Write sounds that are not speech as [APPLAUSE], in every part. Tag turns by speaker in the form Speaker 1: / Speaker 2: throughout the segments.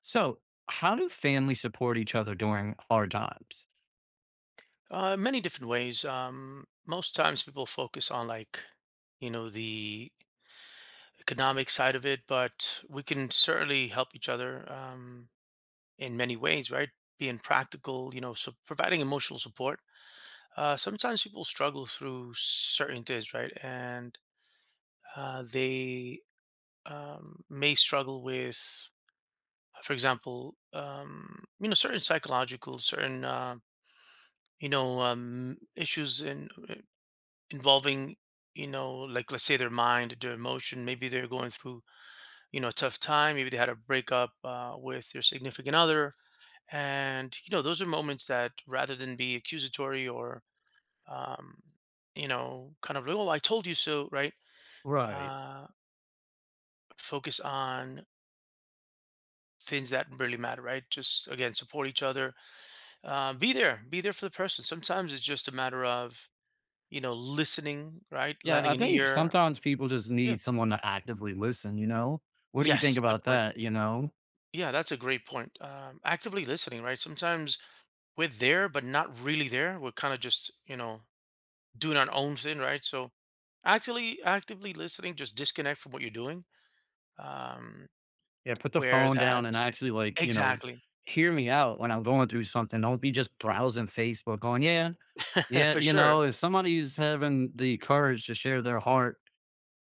Speaker 1: So, how do families support each other during hard times?
Speaker 2: Many different ways. Most times people focus on like, the economic side of it, but we can certainly help each other in many ways, right? Being practical, so providing emotional support. Sometimes people struggle through certain things, right? And they may struggle with, for example, certain psychological, certain, issues in involving like let's say their mind, their emotion, maybe they're going through a tough time, maybe they had a breakup with their significant other. And those are moments that, rather than be accusatory, or um, kind of like, "Oh, I told you so," right?
Speaker 1: Right.
Speaker 2: uh, Focus on things that really matter, right? Just, again, support each other, be there for the person. Sometimes it's just a matter of, listening, right?
Speaker 1: Yeah,
Speaker 2: Lending
Speaker 1: I
Speaker 2: an
Speaker 1: think
Speaker 2: ear.
Speaker 1: sometimes people just
Speaker 2: Yeah.
Speaker 1: need someone to actively listen, you know? What do you
Speaker 2: Yes,
Speaker 1: think
Speaker 2: good
Speaker 1: about
Speaker 2: point.
Speaker 1: that, you know?
Speaker 2: Yeah, that's a great point. Actively listening, right? Sometimes we're there, but not really there. We're kind of just, doing our own thing, right? So, actually, actively listening, just disconnect from what you're doing. Um,
Speaker 1: Yeah, put the
Speaker 2: where
Speaker 1: phone
Speaker 2: that,
Speaker 1: down and actually
Speaker 2: exactly.
Speaker 1: hear me out when I'm going through something. Don't be just browsing Facebook going, yeah,
Speaker 2: [LAUGHS]
Speaker 1: yeah,
Speaker 2: For
Speaker 1: you
Speaker 2: sure,
Speaker 1: know, if somebody's having the courage to share their heart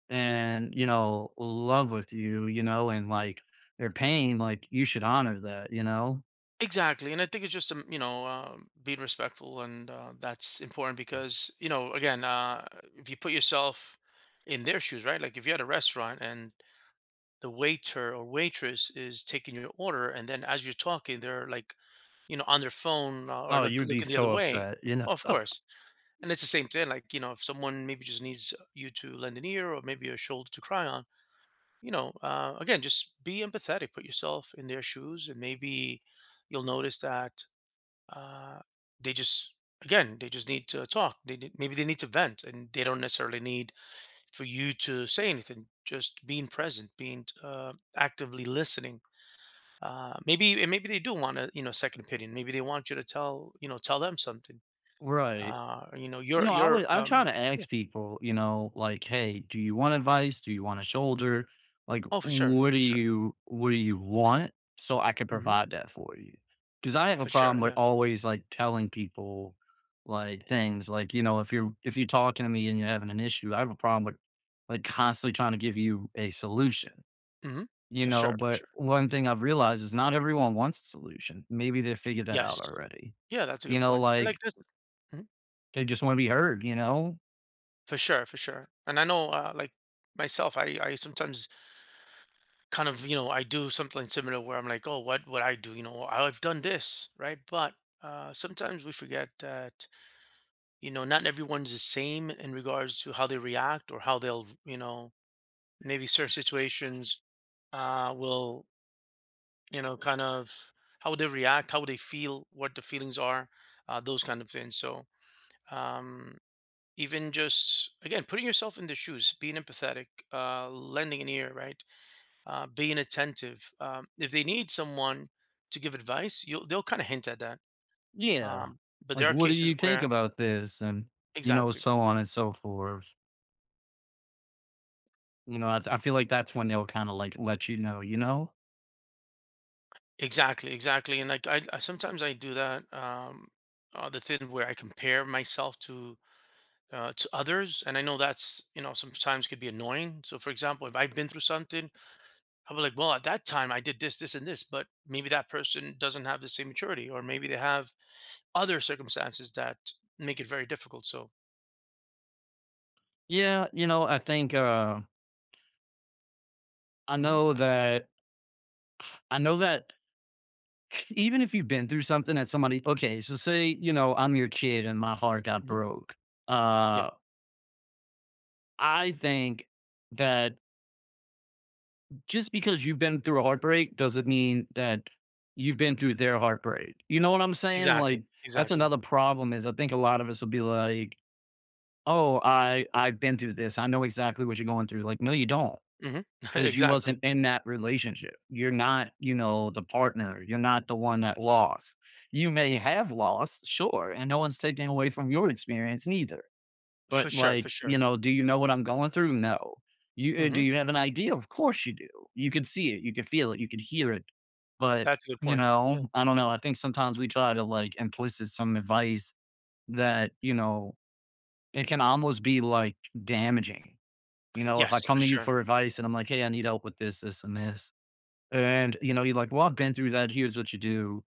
Speaker 1: and, you know, love with you, you know, and like their pain, like you should honor that, you know?
Speaker 2: exactly. And I think it's just, being respectful, and that's important because, again, if you put yourself in their shoes, right? Like if you had a restaurant and the waiter or waitress is taking your order, and then, as you're talking, they're like, on their phone, or
Speaker 1: Oh,
Speaker 2: look
Speaker 1: you would be
Speaker 2: looking the other
Speaker 1: so
Speaker 2: way.
Speaker 1: upset, you know?
Speaker 2: Oh, of
Speaker 1: [LAUGHS]
Speaker 2: course, and it's the same thing. Like, if someone maybe just needs you to lend an ear or maybe a shoulder to cry on, again, just be empathetic. Put yourself in their shoes, and maybe you'll notice that uh, they just again they just need to talk. Maybe they need to vent, and they don't necessarily need for you to say anything, just being present, being actively listening, maybe. And maybe they do want a, second opinion. Maybe they want you to tell, tell them something,
Speaker 1: Right. You
Speaker 2: your
Speaker 1: know, I
Speaker 2: your
Speaker 1: always I try
Speaker 2: um
Speaker 1: to
Speaker 2: Yeah.
Speaker 1: ask people, you know, like, "Hey, do you want advice? Do you want a shoulder? Like,
Speaker 2: Oh, for sure, sure.
Speaker 1: what do you want so I can
Speaker 2: Hmm.
Speaker 1: provide that for you." Because I have a
Speaker 2: For sure,
Speaker 1: problem with
Speaker 2: yeah.
Speaker 1: always, like, telling people, like, things, like, you know, if you're talking to me and you're having an issue, I have a problem with, like, constantly trying to give you a solution,
Speaker 2: Hmm.
Speaker 1: you
Speaker 2: For
Speaker 1: know?
Speaker 2: sure, for
Speaker 1: But
Speaker 2: sure.
Speaker 1: one thing I've realized is not everyone wants a solution. Maybe they figured that out
Speaker 2: Yes.
Speaker 1: already.
Speaker 2: Yeah, that's a
Speaker 1: You
Speaker 2: good
Speaker 1: know,
Speaker 2: point. And like
Speaker 1: like,
Speaker 2: this. Mhm.
Speaker 1: they just wanna be heard, you know?
Speaker 2: For sure, for sure. And I know, like myself, I sometimes kind of, I do something similar where I'm like, "Oh, what would I do? Oh, I've done this," right? But sometimes we forget that, not everyone's the same in regards to how they react, or how they'll, maybe certain situations will, kind of, how they react, how they feel, what the feelings are, those kind of things. So. um, Even just, again, putting yourself in the shoes, being empathetic, lending an ear, right? Being attentive. If they need someone to give advice, you'll, they'll kind of hint at that.
Speaker 1: Yeah.
Speaker 2: Um, but there
Speaker 1: Like,
Speaker 2: are
Speaker 1: "What do
Speaker 2: cases
Speaker 1: you think
Speaker 2: where
Speaker 1: about this?" And, you know,
Speaker 2: exactly,
Speaker 1: so on and so forth. You know, I feel like that's when they'll kinda, like, let you know, you know?
Speaker 2: exactly. Exactly, and like I sometimes I do that. The thing where I compare myself to, to others. And I know that's, sometimes, could be annoying. So, for example, if I've been through something, I'll be like, well, at that time I did this, this, and this, but maybe that person doesn't have the same maturity, or maybe they have other circumstances that make it very difficult. So.
Speaker 1: Yeah, you know, I think, I
Speaker 2: Mhm.
Speaker 1: know that I know that [LAUGHS] [SNIFFS] even if you've been through something that somebody okay, so say, you know, I'm your kid and my heart got
Speaker 2: Mhm.
Speaker 1: broke.
Speaker 2: Yeah.
Speaker 1: Uh, I think that just because you've been through a heartbreak doesn't mean that you've been through their heartbreak. You know what I'm saying?
Speaker 2: Exactly,
Speaker 1: Like that's
Speaker 2: exactly.
Speaker 1: another problem is I think a lot of us will be like, "Oh, I've been through this. I know exactly what you're going through." Like, no, you don't,
Speaker 2: Mhm. [LAUGHS]
Speaker 1: because you
Speaker 2: Exactly.
Speaker 1: wasn't in that relationship. You're not, you know, the partner. You're not the one that lost. You may have lost, sure, and no one's taking away from your experience neither.
Speaker 2: For
Speaker 1: But,
Speaker 2: sure, for
Speaker 1: like,
Speaker 2: sure.
Speaker 1: you know, do you know what I'm going through? No. You do
Speaker 2: Mhm.
Speaker 1: you have an idea? Of course you do. You can see it, you can feel it, you can hear it. But,
Speaker 2: That's a good
Speaker 1: you
Speaker 2: point.
Speaker 1: know,
Speaker 2: Yeah.
Speaker 1: I don't know, I think sometimes we try to, like, implicit some advice that, you know, it can almost be, like, damaging. You know, if I
Speaker 2: Yes,
Speaker 1: come
Speaker 2: for
Speaker 1: to you
Speaker 2: sure.
Speaker 1: for advice and I'm like, "Hey, I need help with this, this, and this," and, you know, you're like, "Well, I've been through that, here's what you do."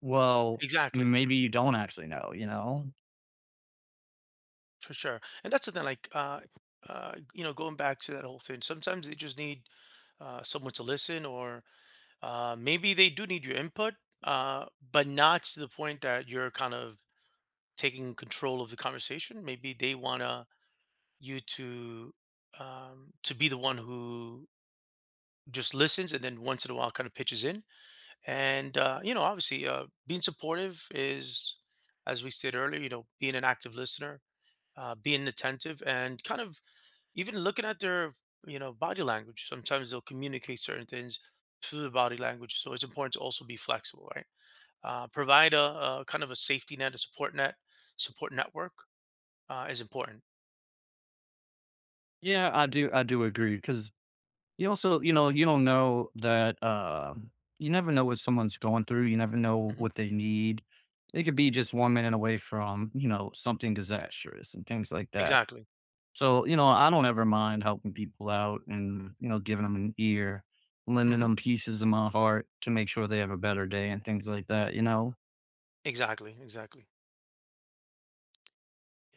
Speaker 1: Well,
Speaker 2: Exactly.
Speaker 1: maybe you don't actually know, you know?
Speaker 2: For sure. And that's the thing, like, going back to that whole thing, sometimes they just need someone to listen, or maybe they do need your input, uh, but not to the point that you're kind of taking control of the conversation. Maybe they wanna you to, to be the one who just listens, and then, once in a while, kind of pitches in. And obviously, being supportive is, as we said earlier, being an active listener, being attentive, and kind of even looking at their, body language. Sometimes they'll communicate certain things through the body language. So it's important to also be flexible, right? Provide a kind of a safety net, a support network is important.
Speaker 1: Yeah, I do agree because. You also, you know, you don't know that, you never know what someone's going through. You never know
Speaker 2: Hmm.
Speaker 1: what they need. They could be just 1 minute away from, you know, something disastrous and things like that.
Speaker 2: Exactly.
Speaker 1: So, you know, I don't ever mind helping people out and, you know, giving them an ear, lending
Speaker 2: Hmm.
Speaker 1: them pieces of my heart to make sure they have a better day and things like that. You know,
Speaker 2: Exactly, exactly.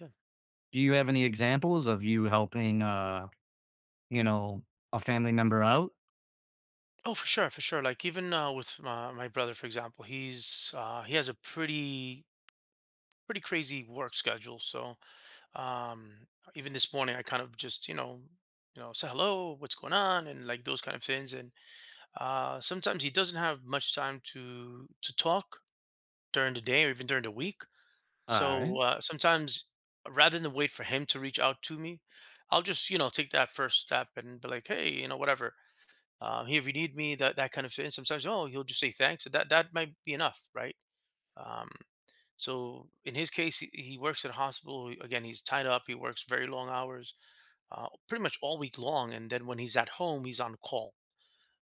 Speaker 2: Yeah.
Speaker 1: do you have any examples of you helping, you know, a family member out?
Speaker 2: Oh, for sure, for sure. Like even, with my brother, for example, he has a pretty crazy work schedule. So um, even this morning, I kind of just, say hello, what's going on, and like those kind of things. And sometimes he doesn't have much time to talk during the day, or even during the week.
Speaker 1: All
Speaker 2: So
Speaker 1: right.
Speaker 2: sometimes, rather than wait for him to reach out to me, I'll just, take that first step and be like, "Hey, whatever. Here if you need me," that kind of thing. Sometimes, oh, he'll just say thanks. So that might be enough, right? Um, so in his case, he works at a hospital. Again, he's tied up. He works very long hours, pretty much all week long. And then, when he's at home, he's on call.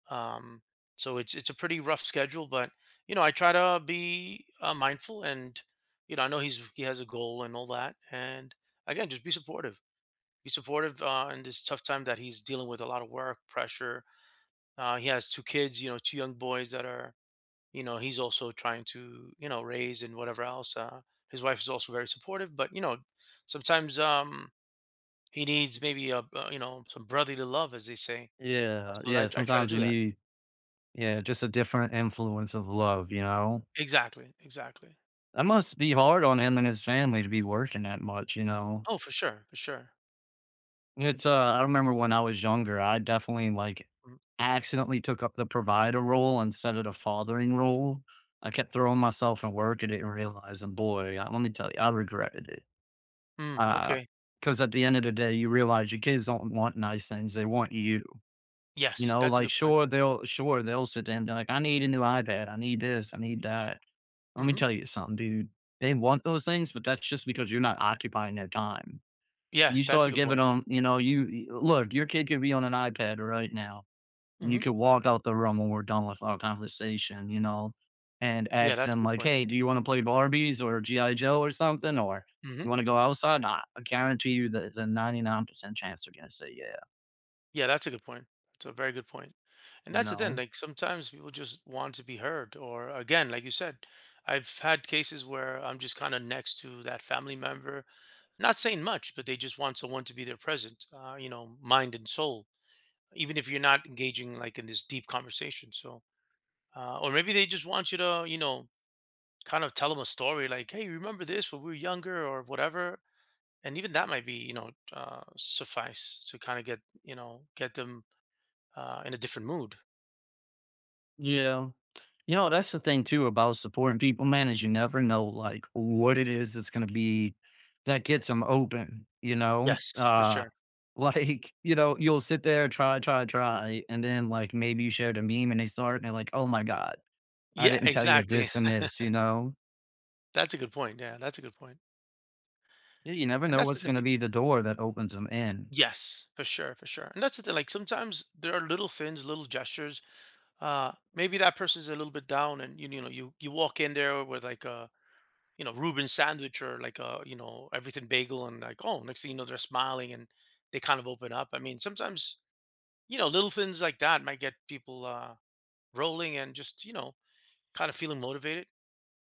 Speaker 2: Um, so it's a pretty rough schedule. But, I try to be mindful, and, I know he has a goal and all that. And, again, just be supportive. Be supportive in this tough time that he's dealing with a lot of work pressure. He has two kids, two young boys that are, he's also trying to, raise, and whatever else. His wife is also very supportive, but, sometimes, he needs maybe a, some brotherly love, as they say.
Speaker 1: Yeah.
Speaker 2: So I,
Speaker 1: Yeah.
Speaker 2: I try to
Speaker 1: Sometimes
Speaker 2: do
Speaker 1: you
Speaker 2: that.
Speaker 1: need. Yeah, just a different influence of love, you know?
Speaker 2: Exactly, exactly.
Speaker 1: That must be hard on him and his family to be working that much, you know?
Speaker 2: Oh, for sure, for sure.
Speaker 1: It's, I remember when I was younger, I definitely like
Speaker 2: Mm.
Speaker 1: accidentally took up the provider role instead of the fathering role. I kept throwing myself in work at it and realizing, boy, I, let me tell you, I regretted it.
Speaker 2: Mm,
Speaker 1: Uh,
Speaker 2: okay.
Speaker 1: because at the end of the day, you realize your kids don't want nice things; they want you. You
Speaker 2: Yes,
Speaker 1: know,
Speaker 2: that's a
Speaker 1: like
Speaker 2: good point.
Speaker 1: sure they'll sit down and be like, "I need a new iPad, I need this, I need that." Let me
Speaker 2: Hmm.
Speaker 1: tell you something, dude. They want those things, but that's just because you're not occupying their time. You
Speaker 2: Yes, that's a
Speaker 1: start
Speaker 2: good
Speaker 1: giving
Speaker 2: point.
Speaker 1: them, you know, you look, your kid could be on an iPad right now, and you
Speaker 2: Hmm.
Speaker 1: could walk out the room when we're done with our conversation, you know, and
Speaker 2: Yeah,
Speaker 1: ask
Speaker 2: that's a
Speaker 1: them,
Speaker 2: good
Speaker 1: like,
Speaker 2: point.
Speaker 1: "Hey, do you want to play Barbies or GI. Joe or something? Or
Speaker 2: Hmm.
Speaker 1: you want to go outside?" Nah, I guarantee you that the 99% chance they're going to say, yeah,
Speaker 2: Yeah, that's a good point. It's a very good point. And
Speaker 1: you
Speaker 2: that's the thing,
Speaker 1: know?
Speaker 2: like, sometimes people just want to be heard. Or, again, like you said, I've had cases where I'm just kind of next to that family member, not saying much, but they just want someone to be there, present, mind and soul, even if you're not engaging like in this deep conversation. So, or maybe they just want you to, kind of tell them a story like, "Hey, remember this when we were younger," or whatever. And even that might be, suffice to kind of get, get them in a different mood.
Speaker 1: Yeah. You know, that's the thing too about supporting people, man, is you never know like what it is that's going to be that gets them open, you know?
Speaker 2: Yes, for sure.
Speaker 1: [LAUGHS] Like, you know, you'll sit there, try. And then like maybe you shared a meme and they start and they're like, "Oh my God, I
Speaker 2: Yeah,
Speaker 1: didn't tell you
Speaker 2: exactly.
Speaker 1: this and this," you know?
Speaker 2: [LAUGHS] That's a good point. Yeah, that's a good point.
Speaker 1: You never
Speaker 2: And
Speaker 1: know
Speaker 2: that's the
Speaker 1: what's
Speaker 2: thing.
Speaker 1: going to be the door that opens them in.
Speaker 2: Yes, for sure, for sure. And that's the thing. Like, sometimes there are little things, little gestures. Maybe that person's a little bit down, and you walk in there with like a, Reuben sandwich, or like a, everything bagel, and, like, oh, next thing you know, they're smiling and they kind of open up. I mean, sometimes, little things like that might get people rolling, and just, kind of feeling motivated.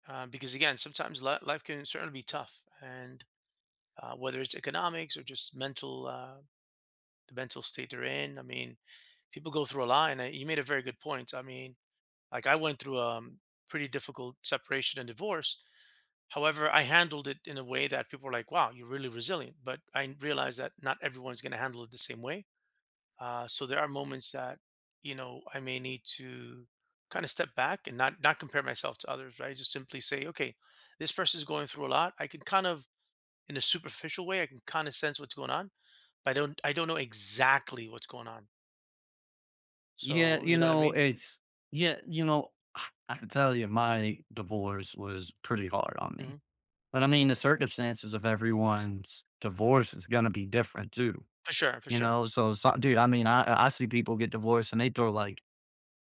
Speaker 2: Because, again, sometimes life can certainly be tough, and whether it's economics or just mental, the mental state they're in. I mean, people go through a lot, and you made a very good point. I mean, like, I went through a pretty difficult separation and divorce. However, I handled it in a way that people were like, "Wow, you're really resilient." But I realized that not everyone's going to handle it the same way. So there are moments that, I may need to kind of step back and not compare myself to others. Right? Just simply say, "Okay, this person is going through a lot. I can kind of, in a superficial way, I can kind of sense what's going on." I don't know exactly what's going on.
Speaker 1: Yeah,
Speaker 2: So, you
Speaker 1: you
Speaker 2: know what I
Speaker 1: know,
Speaker 2: mean?
Speaker 1: it's, yeah, you know, [SIGHS] I can tell you my divorce was pretty hard on me.
Speaker 2: Mhm.
Speaker 1: But I mean, the circumstances of everyone's divorce is gonna be different too,
Speaker 2: For sure, for
Speaker 1: you
Speaker 2: sure.
Speaker 1: know? So, so dude, I mean, I see people get divorced and they throw like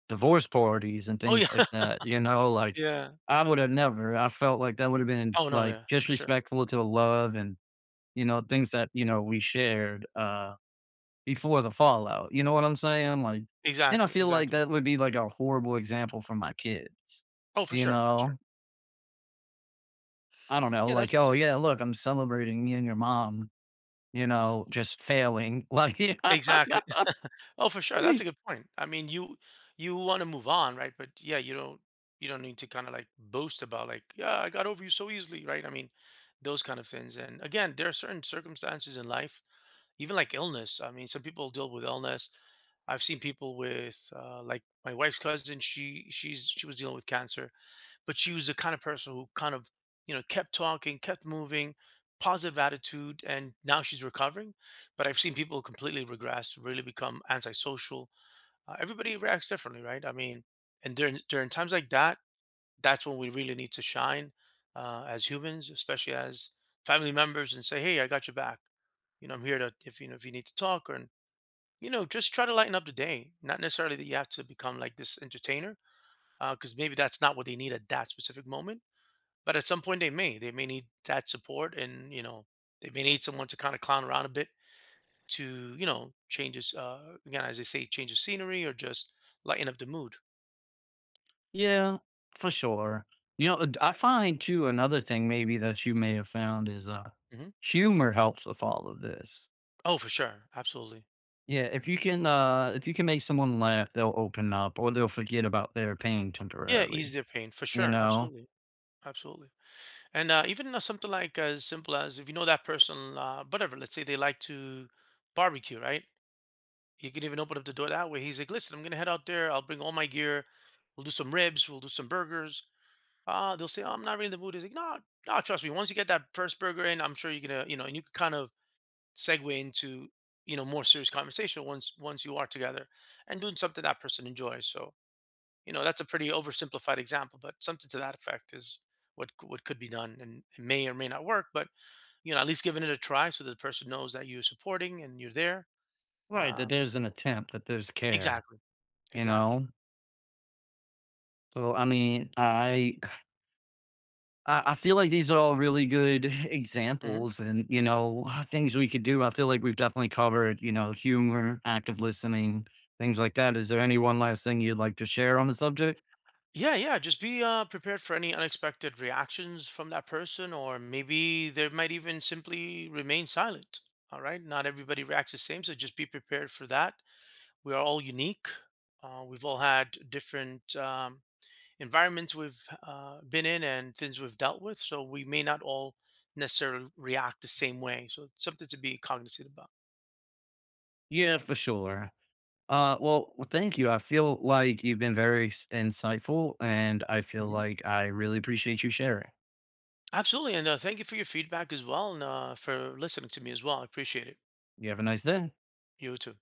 Speaker 1: divorce parties and
Speaker 2: Oh, yeah.
Speaker 1: things like
Speaker 2: [LAUGHS]
Speaker 1: that, you know? Like,
Speaker 2: Yeah.
Speaker 1: I would have never. I felt like that would have been
Speaker 2: Oh, no,
Speaker 1: like
Speaker 2: yeah, for sure.
Speaker 1: disrespectful to the love and you know things that you know we shared before the fallout. You know what I'm saying? Like, and I
Speaker 2: Exactly,
Speaker 1: feel like
Speaker 2: exactly.
Speaker 1: that would be like a horrible example for my kids.
Speaker 2: Oh, for
Speaker 1: You
Speaker 2: sure, for sure.
Speaker 1: know, I don't know.
Speaker 2: Yeah, that's
Speaker 1: Like,
Speaker 2: the
Speaker 1: oh
Speaker 2: thing.
Speaker 1: yeah, look, I'm celebrating me and your mom. You know, just failing, [LAUGHS] like [LAUGHS]
Speaker 2: Exactly. [LAUGHS] Oh, for sure, that's a good point. I mean, you wanna move on, right? But, yeah, you don't need to kinda, like, boast about, like, "Yeah, I got over you so easily," right? I mean, those kind of things, and, again, there are certain circumstances in life, even like illness. I mean, some people deal with illness. I've seen people with, like my wife's cousin. She was dealing with cancer, but she was the kind of person who kind of, kept talking, kept moving, positive attitude, and now she's recovering. But I've seen people completely regress, really become antisocial. Everybody reacts differently, right? I mean, and during times like that, that's when we really need to shine as humans, especially as family members, and say, "Hey, I got your back. You know, I'm here to, if you need to talk, or, just try to lighten up the day. Not necessarily that you have to become like this entertainer, because maybe that's not what they need at that specific moment. But at some point, they may need that support, and, they may need someone to kind of clown around a bit to, changes, again, as they say, change of scenery, or just lighten up the mood."
Speaker 1: Yeah, for sure. You know, I find too another thing maybe that you may have found is,
Speaker 2: Hmm.
Speaker 1: humor helps with all of this.
Speaker 2: Oh, for sure, absolutely.
Speaker 1: Yeah, if you can make someone laugh, they'll open up or they'll forget about their pain
Speaker 2: Yeah, ease
Speaker 1: temporarily,
Speaker 2: their pain, for
Speaker 1: you
Speaker 2: sure,
Speaker 1: know?
Speaker 2: absolutely. Absolutely. And even something like, as simple as, if you know that person, whatever, let's say they like to barbecue, right? You can even open up the door that way. He's like, "Listen, I'm going to head out there. I'll bring all my gear. We'll do some ribs. We'll do some burgers." They'll say, "Oh, I'm not really in the mood." He's like, "No, no, trust me. Once you get that first burger in, I'm sure you're going to," and you can kind of segue into, more serious conversation once you are together, and doing something that person enjoys. So, that's a pretty oversimplified example, but something to that effect is what could be done, and it may or may not work, but, at least giving it a try, so that the person knows that you're supporting and you're there.
Speaker 1: Right, that
Speaker 2: um
Speaker 1: there's an attempt, that there's care,
Speaker 2: exactly,
Speaker 1: you
Speaker 2: exactly.
Speaker 1: know? So, I mean, I feel like these are all really good
Speaker 2: Hmm.
Speaker 1: examples and, you know, things we could do. I feel like we've definitely covered, you know, humor, active listening, things like that. Is there any one last thing you'd like to share on the subject?
Speaker 2: Yeah. Yeah, just be, prepared for any unexpected reactions from that person, or maybe they might even simply remain silent. All right, not everybody reacts the same, so just be prepared for that. We are all unique. We've all had different environments we've been in, and things we've dealt with. So we may not all necessarily react the same way. So it's something to be cognizant about.
Speaker 1: Yeah, for sure. Well, thank you. I feel like you've been very insightful and I feel
Speaker 2: Hmm.
Speaker 1: like I really appreciate you sharing.
Speaker 2: Absolutely. And thank you for your feedback as well, and for listening to me as well. I appreciate it.
Speaker 1: You have a nice day.
Speaker 2: You too.